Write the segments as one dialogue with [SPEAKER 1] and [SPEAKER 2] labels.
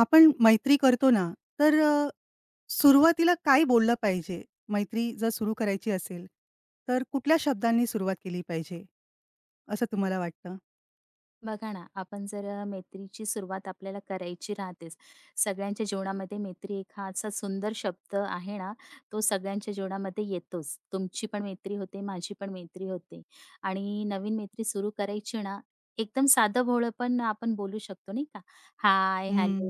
[SPEAKER 1] आपण मैत्री करतो ना, तर सुरुवातीला काय बोललं पाहिजे? मैत्री जर सुरू करायची असेल, तर कुठल्या शब्दांनी सुरुवात केली पाहिजे? असं तुम्हाला वाटतं?
[SPEAKER 2] बघा ना, आपण जर मैत्रीची सुरुवात आपल्याला करायची राहतेच. सगळ्यांच्या जीवनामध्ये मैत्री एक हा असा सुंदर शब्द आहे ना, तो सगळ्यांच्या जीवनामध्ये येतोच. तुमची पण मैत्री होते, माझी पण मैत्री होते आणि नवीन मैत्री सुरू करायची ना, एकदम साधंभोळं पण आपण बोलू शकतो नाही का? हाय,
[SPEAKER 1] हं.
[SPEAKER 2] हॅलो,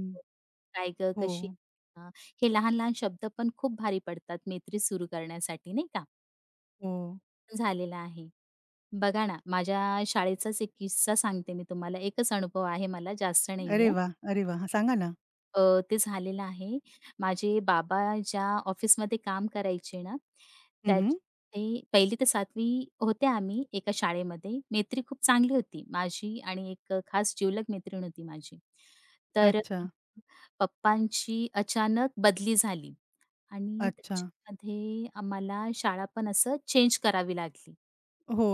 [SPEAKER 2] काय गं, कशी
[SPEAKER 1] हो,
[SPEAKER 2] आहे? हे लहान-लहान शब्द पण खूप भारी पडतात मैत्री सुरू करण्यासाठी नाही का?
[SPEAKER 1] हो.
[SPEAKER 2] झालेलं आहे. बघा ना, माझ्या शाळेचाच एक किस्सा सांगते मी तुम्हाला. एकच अनुभव आहे मला, जास्त
[SPEAKER 1] अरे
[SPEAKER 2] नाहीये.
[SPEAKER 1] वा, अरे वाह! सांगा ना.
[SPEAKER 2] ते झालेलं आहे. माझे बाबा ज्या ऑफिसमध्ये काम करायचे ना, त्यात
[SPEAKER 1] हं,
[SPEAKER 2] ते 1ली ते 7वी होते आम्ही एका शाळेमध्ये. मैत्री खूप चांगली होती माझी आणि एक खास जिवलग मैत्रीण होती माझी. तर
[SPEAKER 1] अच्छा,
[SPEAKER 2] पप्पांची अचानक बदली झाली आणि
[SPEAKER 1] अच्छा.
[SPEAKER 2] त्याच्यामध्ये आम्हाला शाळा पण असं चेंज करावी लागली.
[SPEAKER 1] हो,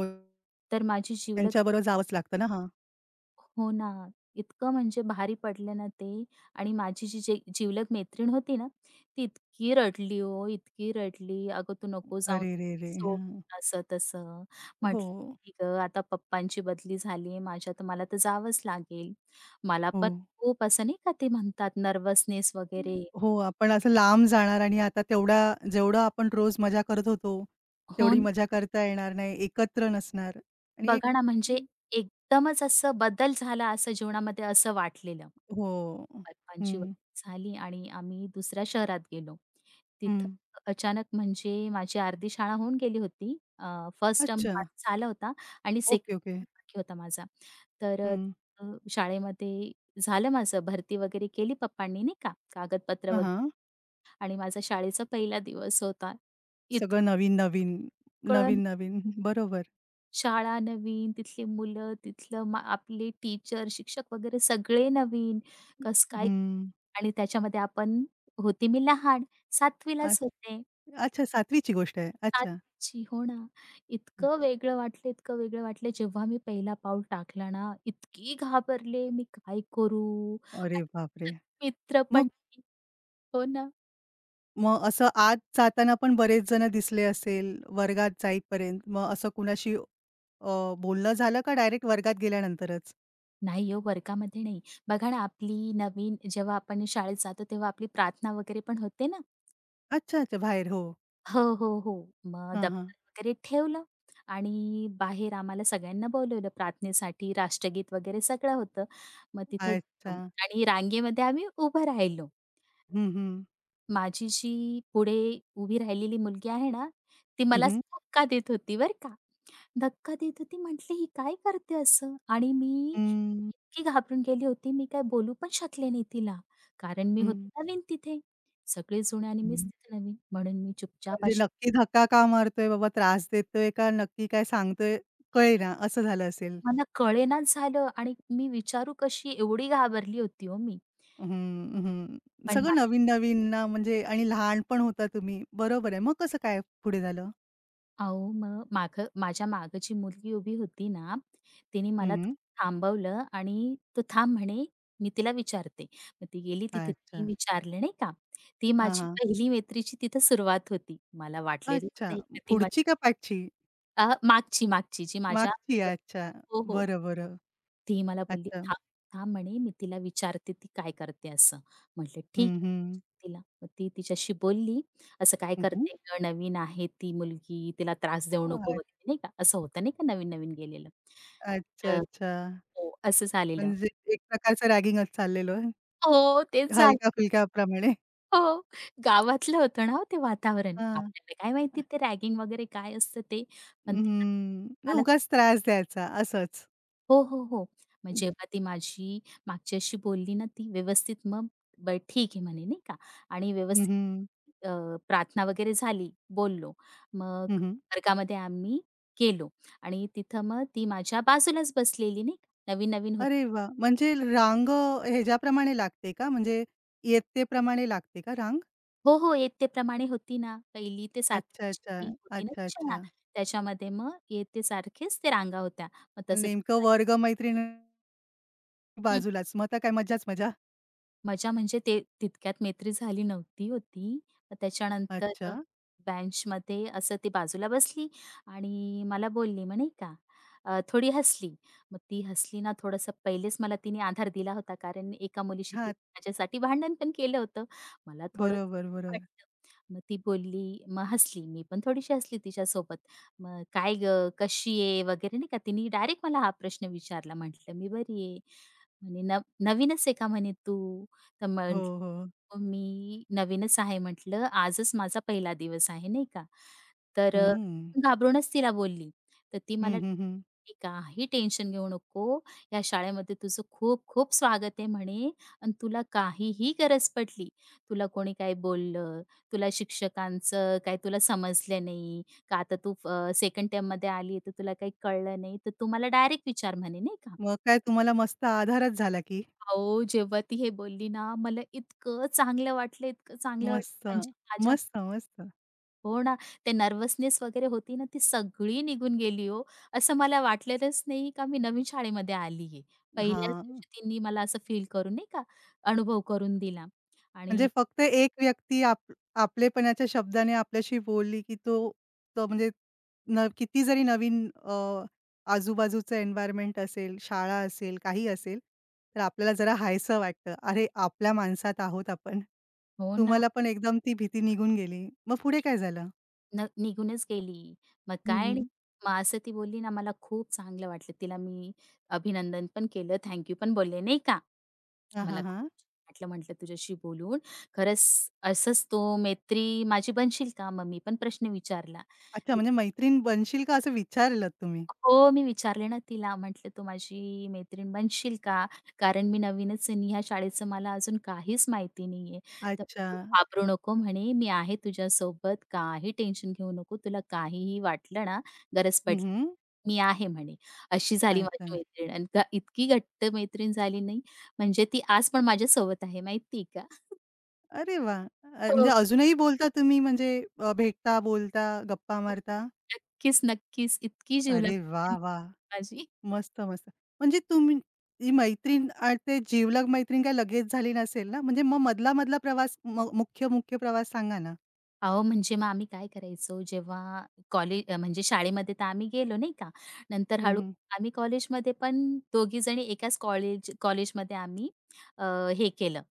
[SPEAKER 2] तर माझी जिवलग
[SPEAKER 1] त्यांच्याबरोबर जावंच लागतं ना. हां.
[SPEAKER 2] हो ना. इतकं म्हणजे भारी पडलं ना ते आणि माझी जी जी जिवलग मैत्रीण होती ना, ती इतकी रडली हो, इतकी रडली. "अगं, तू नको जाऊ,
[SPEAKER 1] अरे रे रे!
[SPEAKER 2] सोड."
[SPEAKER 1] हं.
[SPEAKER 2] असं-तसं.
[SPEAKER 1] हो,
[SPEAKER 2] म्हटलं, "ठीक आहे, आता पप्पांची बदली झाली आहे माझ्या, तर मला तर जावंच लागेल." मला
[SPEAKER 1] हो.
[SPEAKER 2] पण खूप असं नाही का ते म्हणतात नर्व्हसनेस वगैरे
[SPEAKER 1] हो, आपण असं लांब जाणार आणि आता तेवढा जेवढं आपण रोज मजा करत होतो,
[SPEAKER 2] हो
[SPEAKER 1] तेवढी मजा करता येणार नाही, एकत्र नसणार आणि एक
[SPEAKER 2] बघा ना, म्हणजे एकदमच असं बदल झाला असं जीवनामध्ये असं वाटलेलं.
[SPEAKER 1] हो.
[SPEAKER 2] पालकांची
[SPEAKER 1] हं,
[SPEAKER 2] वगैरे झाली आणि आम्ही दुसऱ्या शहरात गेलो. तिथं
[SPEAKER 1] हं.
[SPEAKER 2] अचानक म्हणजे माझी अर्धी शाळा होऊन गेली होती. फर्स्ट टर्म
[SPEAKER 1] अच्छा.
[SPEAKER 2] झाला होता आणि
[SPEAKER 1] ओके, ओके.
[SPEAKER 2] सेकंड बाकी होता माझा. तर
[SPEAKER 1] हं.
[SPEAKER 2] अ, अ, शाळेमध्ये झालं माझं भरती वगैरे केली पप्पांनी नाही का, कागदपत्र
[SPEAKER 1] हां,
[SPEAKER 2] वगैरे
[SPEAKER 1] हां.
[SPEAKER 2] आणि माझा शाळेचा पहिला दिवस होता.
[SPEAKER 1] सगळं
[SPEAKER 2] इतकं
[SPEAKER 1] नवीन-नवीन, नवीन-नवीन. बरोबर.
[SPEAKER 2] शाळा नवीन, तिथली मुलं, तिथलं मा आपले टीचर, शिक्षक वगैरे सगळे नवीन. कसं काय
[SPEAKER 1] हं.
[SPEAKER 2] आणि त्याच्यामध्ये आपण होते मी लहान, 7वी
[SPEAKER 1] अ,
[SPEAKER 2] लाच होते.
[SPEAKER 1] अच्छा 7वी ची गोष्ट आहे. अच्छा.
[SPEAKER 2] 7वी हो ना.
[SPEAKER 1] हं.
[SPEAKER 2] इतकं वेगळं वाटलं, इतकं वेगळं वाटलं. जेव्हा मी पहिला पाऊल टाकला ना, इतकी घाबरले, मी काय करू?
[SPEAKER 1] अरे
[SPEAKER 2] आणि
[SPEAKER 1] बापरे!
[SPEAKER 2] मित्र
[SPEAKER 1] मग
[SPEAKER 2] पण नाही. हो ना.
[SPEAKER 1] मग असं आत जाताना पण बरेच जण दिसले असेल वर्गात जाईपर्यंत. मग असं कुणाशी बोलणं झालं का डायरेक्ट वर्गात गेल्यानंतरच?
[SPEAKER 2] नाही हो, वर्गामध्ये नाही. बघा ना, आपली नवीन जेव्हा आपण शाळेत जातो, तेव्हा आपली प्रार्थना वगैरे पण होते ना.
[SPEAKER 1] अच्छा, अच्छा. बाहेर हो.
[SPEAKER 2] हो, हो, हो. मग
[SPEAKER 1] हां, हां.
[SPEAKER 2] दप्तर वगैरे ठेवलं आणि बाहेर आम्हाला सगळ्यांना बोलवलं प्रार्थनेसाठी, राष्ट्रगीत वगैरे सगळं होतं. मग तिथे
[SPEAKER 1] अच्छा.
[SPEAKER 2] गेलो आणि रांगेमध्ये आम्ही उभं राहिलो.
[SPEAKER 1] हं, हं.
[SPEAKER 2] माझी जी पुढे उभी राहिलेली मुलगी आहे ना, ती
[SPEAKER 1] हं,
[SPEAKER 2] मला
[SPEAKER 1] हं.
[SPEAKER 2] असं धक्का देत होती बरं का. धक्का देत होती. म्हटली, "ही काय करते असं?" आणि मी
[SPEAKER 1] हं, हं.
[SPEAKER 2] इतकी घाबरून गेली होती, मी काय बोलू पण शकले नाही तिला. कारण मी होते नवीन तिथे. सगळेच जुने आणि मीच
[SPEAKER 1] हं.
[SPEAKER 2] तिथे नवीन. म्हणून मी चुपचाप
[SPEAKER 1] म्हणजे नक्की धक्का का मारतोय बाबा, त्रास देतोय का नक्की काय सांगतोय कळेना असं झालं असेल.
[SPEAKER 2] मला कळेनाच झालं आणि मी विचारू कशी एवढी घाबरली होती हो मी.
[SPEAKER 1] हं, हं.
[SPEAKER 2] पण
[SPEAKER 1] सगळं
[SPEAKER 2] मा
[SPEAKER 1] नवीन-नवीन ना म्हणजे आणि लहान पण होता तुम्ही. बरोबर आहे. मग कसं काय पुढे झालं?
[SPEAKER 2] अहो, मग मागं माझ्या मागं जी मुलगी उभी होती ना, तिने
[SPEAKER 1] हं,
[SPEAKER 2] मला
[SPEAKER 1] हं.
[SPEAKER 2] थांबवलं आणि तो थांब" म्हणे, "मी तिला विचारते." मग ती गेली तिथे
[SPEAKER 1] अच्छा.
[SPEAKER 2] ती विचारले नाही का. ती
[SPEAKER 1] हां,
[SPEAKER 2] माझी
[SPEAKER 1] हां.
[SPEAKER 2] पहिली मैत्रीची तिथं सुरुवात होती. मला वाटलेलंच
[SPEAKER 1] अच्छा.
[SPEAKER 2] नाही का ती माझी
[SPEAKER 1] पुढची का पाठची?
[SPEAKER 2] मागची जी माझ्या
[SPEAKER 1] मागची. अच्छा.
[SPEAKER 2] हो, हो.
[SPEAKER 1] बरं, बरं.
[SPEAKER 2] ती मला बोलली,
[SPEAKER 1] अच्छा.
[SPEAKER 2] "थांब, थांब" म्हणे, "मी तिला विचारते, ती काय करते असं." म्हटलं, "ठीक
[SPEAKER 1] हं,
[SPEAKER 2] आहे."
[SPEAKER 1] हं.
[SPEAKER 2] तिला मग ती तिच्याशी बोलली, "असं काय
[SPEAKER 1] हं, हं.
[SPEAKER 2] करते गं? नवीन आहे ती मुलगी, तिला त्रास देऊ नको"
[SPEAKER 1] अ,
[SPEAKER 2] वगैरे नाही का, असं होतं नाही का नवीन-नवीन गेलेलं.
[SPEAKER 1] अच्छा,
[SPEAKER 2] तर
[SPEAKER 1] अच्छा.
[SPEAKER 2] हो, असं झालेलं.
[SPEAKER 1] म्हणजे एक प्रकारचं रॅगिंगच चाललेलं आहे.
[SPEAKER 2] हो, तेच झालं.
[SPEAKER 1] हलक्या-फुलक्या प्रमाणे.
[SPEAKER 2] हो, गावातलं होतं ना हो ते वातावरण.
[SPEAKER 1] हां.
[SPEAKER 2] आपल्याला काय माहिती ते रॅगिंग वगैरे काय असतं ते. पण ते
[SPEAKER 1] हं.
[SPEAKER 2] मला
[SPEAKER 1] उगाच त्रास द्यायचा असंच.
[SPEAKER 2] हो, हो, हो. मग जेव्हा ती माझी मागच्याशी बोलली ना ती व्यवस्थित मग बरं ठीक आहे म्हणे नाही का आणि
[SPEAKER 1] हं,
[SPEAKER 2] व्यवस्थित
[SPEAKER 1] हं.
[SPEAKER 2] प्रार्थना वगैरे झाली, बोललो.
[SPEAKER 1] हं,
[SPEAKER 2] मग
[SPEAKER 1] हं.
[SPEAKER 2] वर्गामध्ये आम्ही गेलो आणि तिथं मग ती माझ्या बाजूलाच बसलेली नाही का, नवीन-नवीन
[SPEAKER 1] अरे
[SPEAKER 2] होती.
[SPEAKER 1] वाह! म्हणजे रांग ह्याच्याप्रमाणे लागते का? म्हणजे इयत्तेप्रमाणे लागते का रांग?
[SPEAKER 2] हो, हो. इयत्तेप्रमाणे होती ना, 1ली ते
[SPEAKER 1] अच्छा, अच्छा.
[SPEAKER 2] 7वीची होती ना
[SPEAKER 1] अच्छा,
[SPEAKER 2] शाळा.
[SPEAKER 1] अच्छा.
[SPEAKER 2] त्याच्यामध्ये मग इयत्तेसारखेच ते रांगा होत्या. मग
[SPEAKER 1] आणि
[SPEAKER 2] तसं तसं
[SPEAKER 1] नेमकं
[SPEAKER 2] नाही.
[SPEAKER 1] वर्ग मैत्रिणी बाजूलाच. मग तर काय मज्जाच मजा.
[SPEAKER 2] मजा म्हणजे ते तितक्यात मैत्री झाली नव्हती होती. मग त्याच्यानंतर
[SPEAKER 1] अच्छा.
[SPEAKER 2] अ, बेंचमध्ये असं ती बाजूला बसली आणि मला बोलली मग का, थोडी हसली. मग ती हसली ना थोडंसं पहिलेच मला तिने आधार दिला होता कारण एका मुलीशी ती
[SPEAKER 1] हां.
[SPEAKER 2] माझ्यासाठी भांडण पण केलं होतं. मला थोडं
[SPEAKER 1] बरोबर, बरोबर.
[SPEAKER 2] वाटलं. मग ती बोलली, मग हसली. मी पण थोडीशी हसली तिच्यासोबत. मग "काय गं, कशी आहे?" वगैरे नाही का. तिने डायरेक्ट मला हा प्रश्न विचारला. म्हटलं, "मी बरी आहे." म्हणे नवीनच आहे का?" म्हणे "तू?" तर
[SPEAKER 1] हो, हो.
[SPEAKER 2] म्हटलं मी नवीनच आहे म्हटलं, आजच माझा पहिला दिवस आहे नाही का. तर अ,
[SPEAKER 1] हं.
[SPEAKER 2] घाबरूनच तिला बोलली. तर ती मला
[SPEAKER 1] हं, हं, हं.
[SPEAKER 2] "म्हणे, काही टेन्शन घेऊ नको, या शाळेमध्ये तुझं खूप खूप स्वागत आहे म्हणे आणि तुला काहीही गरज पडली, तुला कोणी काही बोललं, तुला शिक्षकांचं काही तुला समजलं नाही, का आता तू सेकंड टर्ममध्ये आली तर तुला काही कळलं नाही, तर तू मला डायरेक्ट विचार" म्हणे नाही का.
[SPEAKER 1] मग काय तुम्हाला मस्त आधारच झाला की.
[SPEAKER 2] अहो, जेव्हा ती हे बोलली ना, मला इतकं चांगलं वाटलं, इतकं चांगलं वाटलं
[SPEAKER 1] मस्त,
[SPEAKER 2] म्हणजे माझ्या
[SPEAKER 1] मस्त, मस्त.
[SPEAKER 2] हो ना, ते नर्व्हसनेस वगैरे होती ना, ती सगळी निघून गेली हो. असं मला वाटलेलंच नाही का मी नवीन शाळेमध्ये आली आहे. पहिल्याच
[SPEAKER 1] हां,
[SPEAKER 2] दिवशी तिने मला असं फील करून नाही का, अनुभव करून दिला
[SPEAKER 1] म्हणजे
[SPEAKER 2] आणि
[SPEAKER 1] फक्त एक व्यक्ती आपलेपणाच्या शब्दाने आपल्याशी बोलली की तो तो म्हणजे किती जरी नवीन आजूबाजूचं एन्व्हायर्नमेंट असेल, शाळा असेल, काही असेल, तर आपल्याला जरा हायसं वाटतं. अरे, आपल्या माणसात आहोत आपण.
[SPEAKER 2] हो ना,
[SPEAKER 1] तुम्हाला पण एकदम ती भीती निघून गेली. मग पुढे काय झालं?
[SPEAKER 2] निघूनच गेली. मग
[SPEAKER 1] हं,
[SPEAKER 2] काय
[SPEAKER 1] हं.
[SPEAKER 2] नाही, मग असं ती बोलली ना, मला खूप चांगलं वाटलं. तिला मी अभिनंदन पण केलं, थँक यू पण बोलले, नाही का?
[SPEAKER 1] हां,
[SPEAKER 2] मला
[SPEAKER 1] हां,
[SPEAKER 2] खूप
[SPEAKER 1] हां.
[SPEAKER 2] छान वाटलं म्हटलं तुझ्याशी बोलून. खरंच असंच तू मैत्री माझी बनशील का? मग मी पण प्रश्न विचारला.
[SPEAKER 1] अच्छा,
[SPEAKER 2] तर
[SPEAKER 1] म्हणजे मैत्रीण बनशील का असं विचारलत तुम्ही?
[SPEAKER 2] हो, मी विचारले ना तिला म्हटलं, "तू माझी मैत्रीण बनशील का? कारण मी नवीनच आहे आणि ह्या शाळेचं मला अजून काहीच माहिती नाहीये. तर
[SPEAKER 1] अच्छा.
[SPEAKER 2] तू घाबरू नको," म्हणे, "मी आहे तुझ्यासोबत. काही टेन्शन घेऊ नको. तुला काहीही वाटलं ना, गरज
[SPEAKER 1] हं,
[SPEAKER 2] पडली
[SPEAKER 1] हं.
[SPEAKER 2] मी आहे," म्हणे. अशी झाली माझी
[SPEAKER 1] अच्छा.
[SPEAKER 2] मैत्रीण आणि का- इतकी घट्ट मैत्रीण झाली नाही म्हणजे ती आज पण माझ्यासोबत आहे माहिती का?
[SPEAKER 1] अरे वाह! म्हणजे
[SPEAKER 2] हो.
[SPEAKER 1] अजूनही बोलता तुम्ही म्हणजे
[SPEAKER 2] हो,
[SPEAKER 1] भेटता, बोलता, गप्पा
[SPEAKER 2] हो.
[SPEAKER 1] मारता?
[SPEAKER 2] नक्कीच, नक्कीच. इतकी
[SPEAKER 1] अरे
[SPEAKER 2] जीवलग
[SPEAKER 1] वाह! वाह!
[SPEAKER 2] माझी.
[SPEAKER 1] मस्त, मस्त. म्हणजे तुम्ही ही मैत्रीण ते जिवलग मैत्रीण काय लगेच झाली नसेल ना? म्हणजे मग मधला-मधला प्रवास मुख्य, मुख्य प्रवास सांगा ना?
[SPEAKER 2] अहो, म्हणजे मग आम्ही काय करायचो जेव्हा म्हणजे शाळेमध्ये तर आम्ही गेलो नाही का, नंतर
[SPEAKER 1] हं,
[SPEAKER 2] हळू
[SPEAKER 1] हं.
[SPEAKER 2] आम्ही कॉलेजमध्ये पण दोघीजणी एकाच कॉलेजमध्ये आम्ही अ, हे केलं,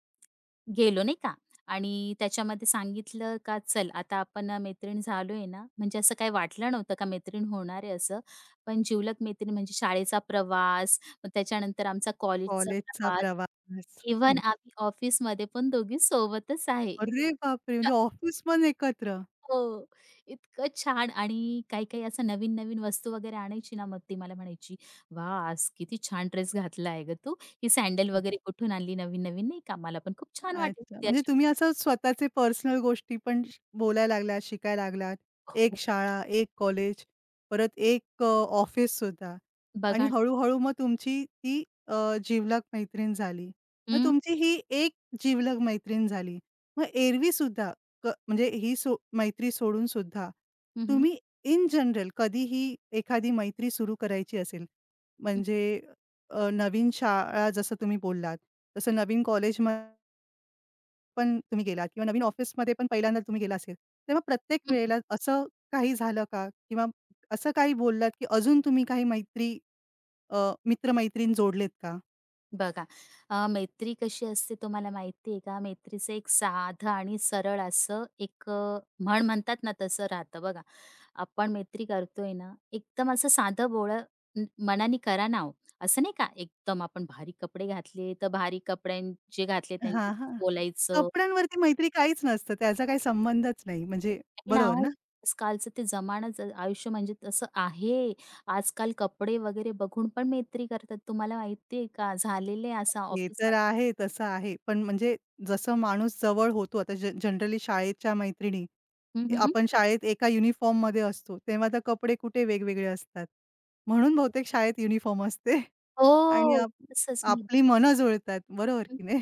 [SPEAKER 2] गेलो नाही का आणि त्याच्यामध्ये सांगितलं का चल आता आपण मैत्रीण झालोय ना, म्हणजे असं काही वाटलं नव्हतं का मैत्रीण होणार आहे असं. पण जिवलग मैत्रीण म्हणजे शाळेचा प्रवास, मग त्याच्यानंतर आमचा कॉलेजचा
[SPEAKER 1] कॉलेजचा
[SPEAKER 2] प्रवास,
[SPEAKER 1] प्रवास.
[SPEAKER 2] इव्हन आम्ही ऑफिसमध्ये पण दोघी सोबतच आहे.
[SPEAKER 1] अरे बापरे! म्हणजे ऑफिस पण एकत्र?
[SPEAKER 2] हो. इतकं छान आणि काही-काही असं नवीन-नवीन वस्तू वगैरे आणायची ना, मग ती मला म्हणायची, "वाह! आज किती छान ड्रेस घातला आहे गं तू. ही सॅडल वगैरे कुठून आणली नवीन-नवीन नाही का? मला पण खूप छान वाटली
[SPEAKER 1] अच्छा.
[SPEAKER 2] होती
[SPEAKER 1] म्हणजे
[SPEAKER 2] अशी."
[SPEAKER 1] तुम्ही असं स्वतःचे पर्सनल गोष्टी पण बोलायला लागलात, शिकायला लागलात. एक
[SPEAKER 2] हो.
[SPEAKER 1] शाळा, एक कॉलेज, परत एक ऑफिससुद्धा आणि
[SPEAKER 2] बघा ना.
[SPEAKER 1] हळू-हळू मग तुमची ती जिवलग मैत्रीण झाली. मग तुमची ही एक जिवलग मैत्रीण झाली. मग एरवीसुद्धा म्हणजे ही मैत्री सोडूनसुद्धा
[SPEAKER 2] हं, हं.
[SPEAKER 1] तुम्ही इन जनरल कधीही एखादी मैत्री सुरू करायची असेल,
[SPEAKER 2] हं,
[SPEAKER 1] म्हणजे नवीन शाळा जसं तुम्ही बोललात, तसं नवीन कॉलेजमध्ये पण तुम्ही गेला किंवा नवीन ऑफिसमध्ये पण पहिल्यांदा तुम्ही गेला असेल. तेव्हा प्रत्येक
[SPEAKER 2] हं.
[SPEAKER 1] वेळेला असं काही झालं का? किंवा असं काही बोललात, की अजून तुम्ही काही मैत्री अ, मित्र-मैत्रीण जोडलेत का?
[SPEAKER 2] बघा, मैत्री कशी असते तुम्हाला माहिती आहे का? मैत्रीचं एक साधं आणि सरळ असं एक अ, म्हण म्हणतात ना तसं राहतं बघा. आपण मैत्री करतोय ना, एकदम असं साधंभोळं न मनाने करा ना ओ. असं नाही का एकदम आपण भारी कपडे घातले, तर भारी जे घातले
[SPEAKER 1] हां,
[SPEAKER 2] त्यांच्याशी
[SPEAKER 1] हां.
[SPEAKER 2] बोलायचं.
[SPEAKER 1] कपड्यांवरती मैत्री काहीच नसतं. त्याचा काही संबंधच नाही. म्हणजे
[SPEAKER 2] नाही ना
[SPEAKER 1] बरोबर
[SPEAKER 2] ओ,
[SPEAKER 1] ना?
[SPEAKER 2] आजकालचं ते जमानाच आयुष्य म्हणजे तसं आहे. आजकाल कपडे वगैरे बघून पण मैत्री करतात. तुम्हाला माहिती आहे का? झालेलं आहे असं
[SPEAKER 1] ते तर
[SPEAKER 2] ऑफिसमध्ये
[SPEAKER 1] आहे, तसं आहे. पण म्हणजे जसं माणूस जवळ होतो आता जनरली शाळेच्या मैत्रिणी
[SPEAKER 2] हं,
[SPEAKER 1] आपण शाळेत एका युनिफॉर्ममध्ये असतो. तेव्हा तर कपडे कुठे वेगवेगळे असतात. म्हणून बहुतेक शाळेत युनिफॉर्म असते. आणि
[SPEAKER 2] हो, तसंच मी
[SPEAKER 1] आपली मनं जुळतात. बरोबर
[SPEAKER 2] हं,
[SPEAKER 1] की नाही?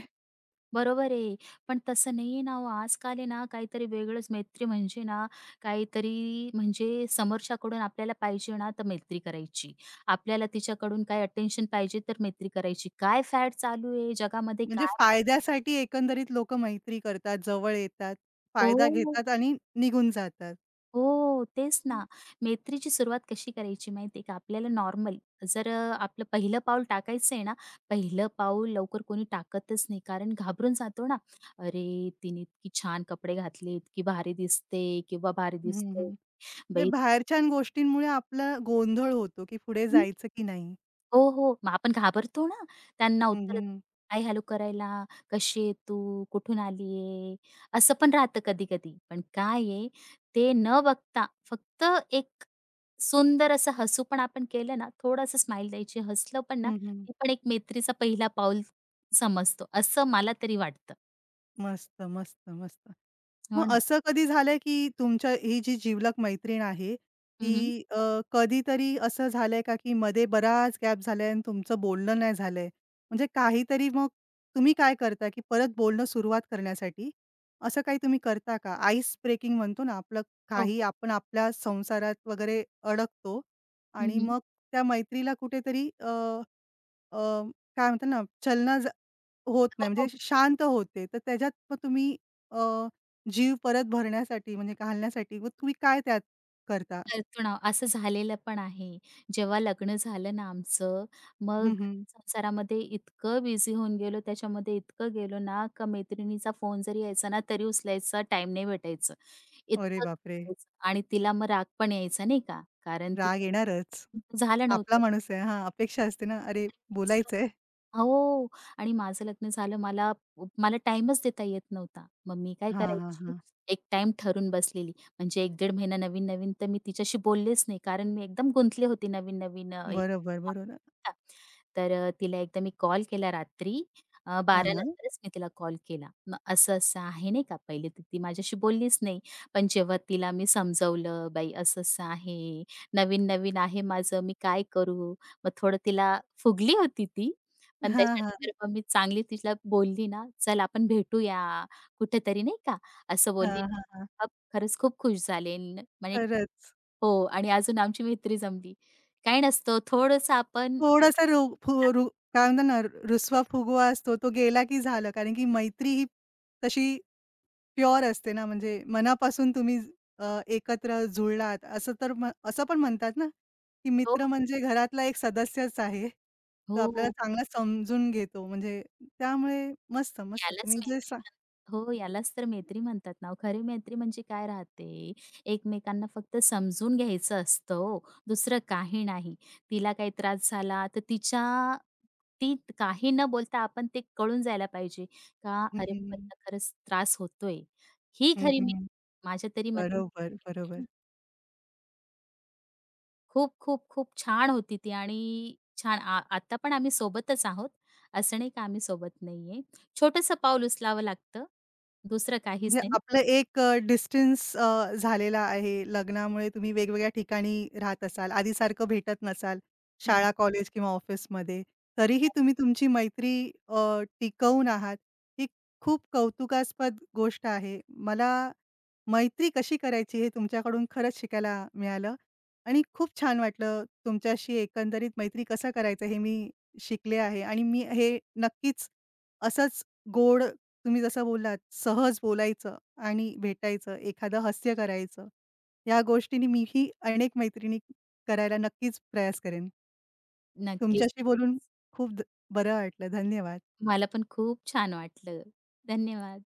[SPEAKER 2] बरोबर आहे. पण तसं नाहीये ना हो, आजकाल आहे ना काहीतरी वेगळंच मैत्री म्हणजे ना काहीतरी म्हणजे समोरच्याकडून आपल्याला पाहिजे ना तर मैत्री करायची. आपल्याला तिच्याकडून काही अटेन्शन पाहिजे तर मैत्री करायची. काय फॅड चालू आहे जगामध्ये
[SPEAKER 1] म्हणजे
[SPEAKER 2] काय
[SPEAKER 1] फायद्यासाठी एकंदरीत लोकं मैत्री करतात, जवळ येतात, फायदा
[SPEAKER 2] हो.
[SPEAKER 1] घेतात आणि निघून जातात.
[SPEAKER 2] हो, तेच ना. मैत्रीची सुरुवात कशी करायची माहिती आहे का? आपल्याला नॉर्मल जर आपलं पहिलं पाऊल टाकायचं आहे ना, पहिलं पाऊल लवकर कोणी टाकतच नाही. कारण घाबरून जातो ना, "अरे, तिने इतकी छान कपडे घातले, इतकी भारी दिसते किंवा भारी
[SPEAKER 1] हं, हं.
[SPEAKER 2] दिसतो."
[SPEAKER 1] म्हणजे
[SPEAKER 2] बाई
[SPEAKER 1] बाहेरच्या गोष्टींमुळे आपला गोंधळ होतो, की पुढे
[SPEAKER 2] हं,
[SPEAKER 1] जायचं की नाही?
[SPEAKER 2] हो, हो. मग आपण घाबरतो ना, त्यांना
[SPEAKER 1] हं,
[SPEAKER 2] उत्तर
[SPEAKER 1] हं.
[SPEAKER 2] "हाय, हॅलो" करायला, "कशी आहे तू? कुठून आली असं पण राहतं कधी-कधी. पण काय आहे, ते न बघता फक्त एक सुंदर असं हसू पण आपण केलं ना, थोडंसं स्माईल द्यायची, हसलं पण ना,
[SPEAKER 1] हं, हं.
[SPEAKER 2] ती पण एक मैत्रीचा पहिला पाऊल समजतो, असं मला तरी वाटतं.
[SPEAKER 1] मस्त, मस्त, मस्त. मग
[SPEAKER 2] हो ना.
[SPEAKER 1] असं कधी झालंय, की तुमच्या ही जी जिवलग मैत्रीण आहे,
[SPEAKER 2] हं, हं.
[SPEAKER 1] की कधीतरी असं झालंय का, की मध्ये बराच गॅप झालाय आणि तुमचं बोलणं नाही झालंय? म्हणजे काहीतरी मग तुम्ही काय करता, की परत बोलणं सुरुवात करण्यासाठी असं काही तुम्ही करता का? आईस ब्रेकिंग म्हणतो ना, आपलं
[SPEAKER 2] हो,
[SPEAKER 1] काही
[SPEAKER 2] हो.
[SPEAKER 1] आपण आपल्या संसारात वगैरे अडकतो
[SPEAKER 2] हं,
[SPEAKER 1] आणि
[SPEAKER 2] हं.
[SPEAKER 1] मग त्या मैत्रीला कुठेतरी अ, काय म्हणतात ना, चलना जा होत
[SPEAKER 2] हो,
[SPEAKER 1] नाही म्हणजे
[SPEAKER 2] हो.
[SPEAKER 1] शांत होते. तर त्याच्यात मग तुम्ही अ, जीव परत भरण्यासाठी म्हणजे घालण्यासाठी मग तुम्ही काय त्यात करता?
[SPEAKER 2] करतो ना. असं झालेलं पण आहे. जेव्हा लग्न झालं ना आमचं, मग
[SPEAKER 1] हं, हं.
[SPEAKER 2] संसारामध्ये इतकं बिझी होऊन गेलो, त्याच्यामध्ये इतकं गेलो ना, का मैत्रिणीचा फोन जरी यायचा ना, तरी उचलायचा टाईम नाही भेटायचं.
[SPEAKER 1] अरे
[SPEAKER 2] इतकं
[SPEAKER 1] बापरे!
[SPEAKER 2] करायचं. आणि तिला मग राग पण यायचा नाही का, कारण
[SPEAKER 1] राग येणारच.
[SPEAKER 2] तिचं झालं
[SPEAKER 1] आपला
[SPEAKER 2] नव्हतं.
[SPEAKER 1] माणूस आहे. हां, अपेक्षा असते ना. अरे बोलायचंय.
[SPEAKER 2] हो. आणि माझं लग्न झालं. मला मला टाईमच देता येत नव्हता. मग मी काय
[SPEAKER 1] हां, हां,
[SPEAKER 2] करायची,
[SPEAKER 1] हां.
[SPEAKER 2] एक टाईम ठरवून बसलेली. म्हणजे एक 15 महिना नवीन-नवीन तर मी तिच्याशी बोललेच नाही. कारण मी एकदम गुंतले होते नवीन-नवीन
[SPEAKER 1] बरोबर, बरोबर.
[SPEAKER 2] तर तिला एकदा मी कॉल केला रात्री
[SPEAKER 1] हां,
[SPEAKER 2] 12
[SPEAKER 1] हां.
[SPEAKER 2] नंतरच मी तिला कॉल केला. मग असं-असं आहे नाही का, पहिले तर ती माझ्याशी बोललीच नाही. पण जेव्हा तिला मी समजवलं, "बाई असं-असं आहे, नवीन-नवीन आहे माझं, मी काय करू?" मग थोडं तिला फुगली होती ती. पण
[SPEAKER 1] हां, हां.
[SPEAKER 2] त्याच्यानंतर मग मी चांगली तिला बोलली ना, "चल आपण भेटूया कुठेतरी," नाही का, असं
[SPEAKER 1] हां,
[SPEAKER 2] बोलली.
[SPEAKER 1] हां, हां.
[SPEAKER 2] मग खरंच खूप खुश झाले. म्हणे
[SPEAKER 1] खरंच.
[SPEAKER 2] हो आणि अजून आमची मैत्री जमली. काही नसतं थोडंसं आपण हे
[SPEAKER 1] थोडासा रो फु रू काय म्हणतात ना, रुसवा फुगवा असतो तो गेला की झालं. कारण की मैत्री ही तशी प्युअर असते ना, म्हणजे मनापासून तुम्ही अ, एकत्र जुळलात असं तर असं पण म्हणतात ना, की
[SPEAKER 2] टाकतो
[SPEAKER 1] मित्र म्हणजे घरातला एक सदस्यच आहे. तो आपल्याला
[SPEAKER 2] हो.
[SPEAKER 1] चांगला समजून घेतो म्हणजे त्यामुळे मस्त, मस्त
[SPEAKER 2] यालाच
[SPEAKER 1] तुम्ही जे
[SPEAKER 2] मैत्री म्हण हो, यालाच तर मैत्री म्हणतात ना ओ. खरी मैत्री म्हणजे काय राहते, एकमेकांना फक्त समजून घ्यायचं असतं हो, दुसरं काही नाही. तिला काही त्रास झाला तर तिच्या ती काही न बोलता आपण ते कळून जायला पाहिजे का
[SPEAKER 1] हं,
[SPEAKER 2] अरे बाबा,
[SPEAKER 1] हं.
[SPEAKER 2] तिला खरंच त्रास होतोय. ही खरी मैत्री
[SPEAKER 1] हं,
[SPEAKER 2] माझ्या तरी मते
[SPEAKER 1] बरोबर, बरोबर.
[SPEAKER 2] खूप, खूप, खूप छान होती ती आणि छान आता पण आम्ही सोबतच आहोत. असं नाही का आम्ही सोबत नाहीये. छोटंसं पाऊल उचलावं लागतं. दुसरं काहीच
[SPEAKER 1] म्हणजे
[SPEAKER 2] नाही.
[SPEAKER 1] आपलं एक डिस्टन्स झालेला आहे. लग्नामुळे तुम्ही वेगवेगळ्या ठिकाणी राहत असाल. आधीसारखं भेटत नसाल.
[SPEAKER 2] नाही,
[SPEAKER 1] शाळा, कॉलेज किंवा ऑफिसमध्ये. तरीही
[SPEAKER 2] नाही.
[SPEAKER 1] तुम्ही तुमची मैत्री अ, टिकवून आहात. ही खूप कौतुकास्पद गोष्ट आहे. मला मैत्री कशी करायची हे तुमच्याकडून खरंच शिकायला मिळालं आणि खूप छान वाटलं तुमच्याशी एकंदरीत मैत्री कसं करायचं हे मी शिकले आहे आणि मी हे नक्कीच असंच गोड तुम्ही जसं बोललात, सहज बोलायचं आणि भेटायचं, एखादं हास्य करायचं. या गोष्टींनी मीही अनेक मैत्रिणी करायला नक्कीच प्रयास करेन.
[SPEAKER 2] नक्कीच,
[SPEAKER 1] तुमच्याशी बोलून
[SPEAKER 2] नक्कीच.
[SPEAKER 1] खूप बरं वाटलं. धन्यवाद.
[SPEAKER 2] मला पण खूप छान वाटलं. धन्यवाद.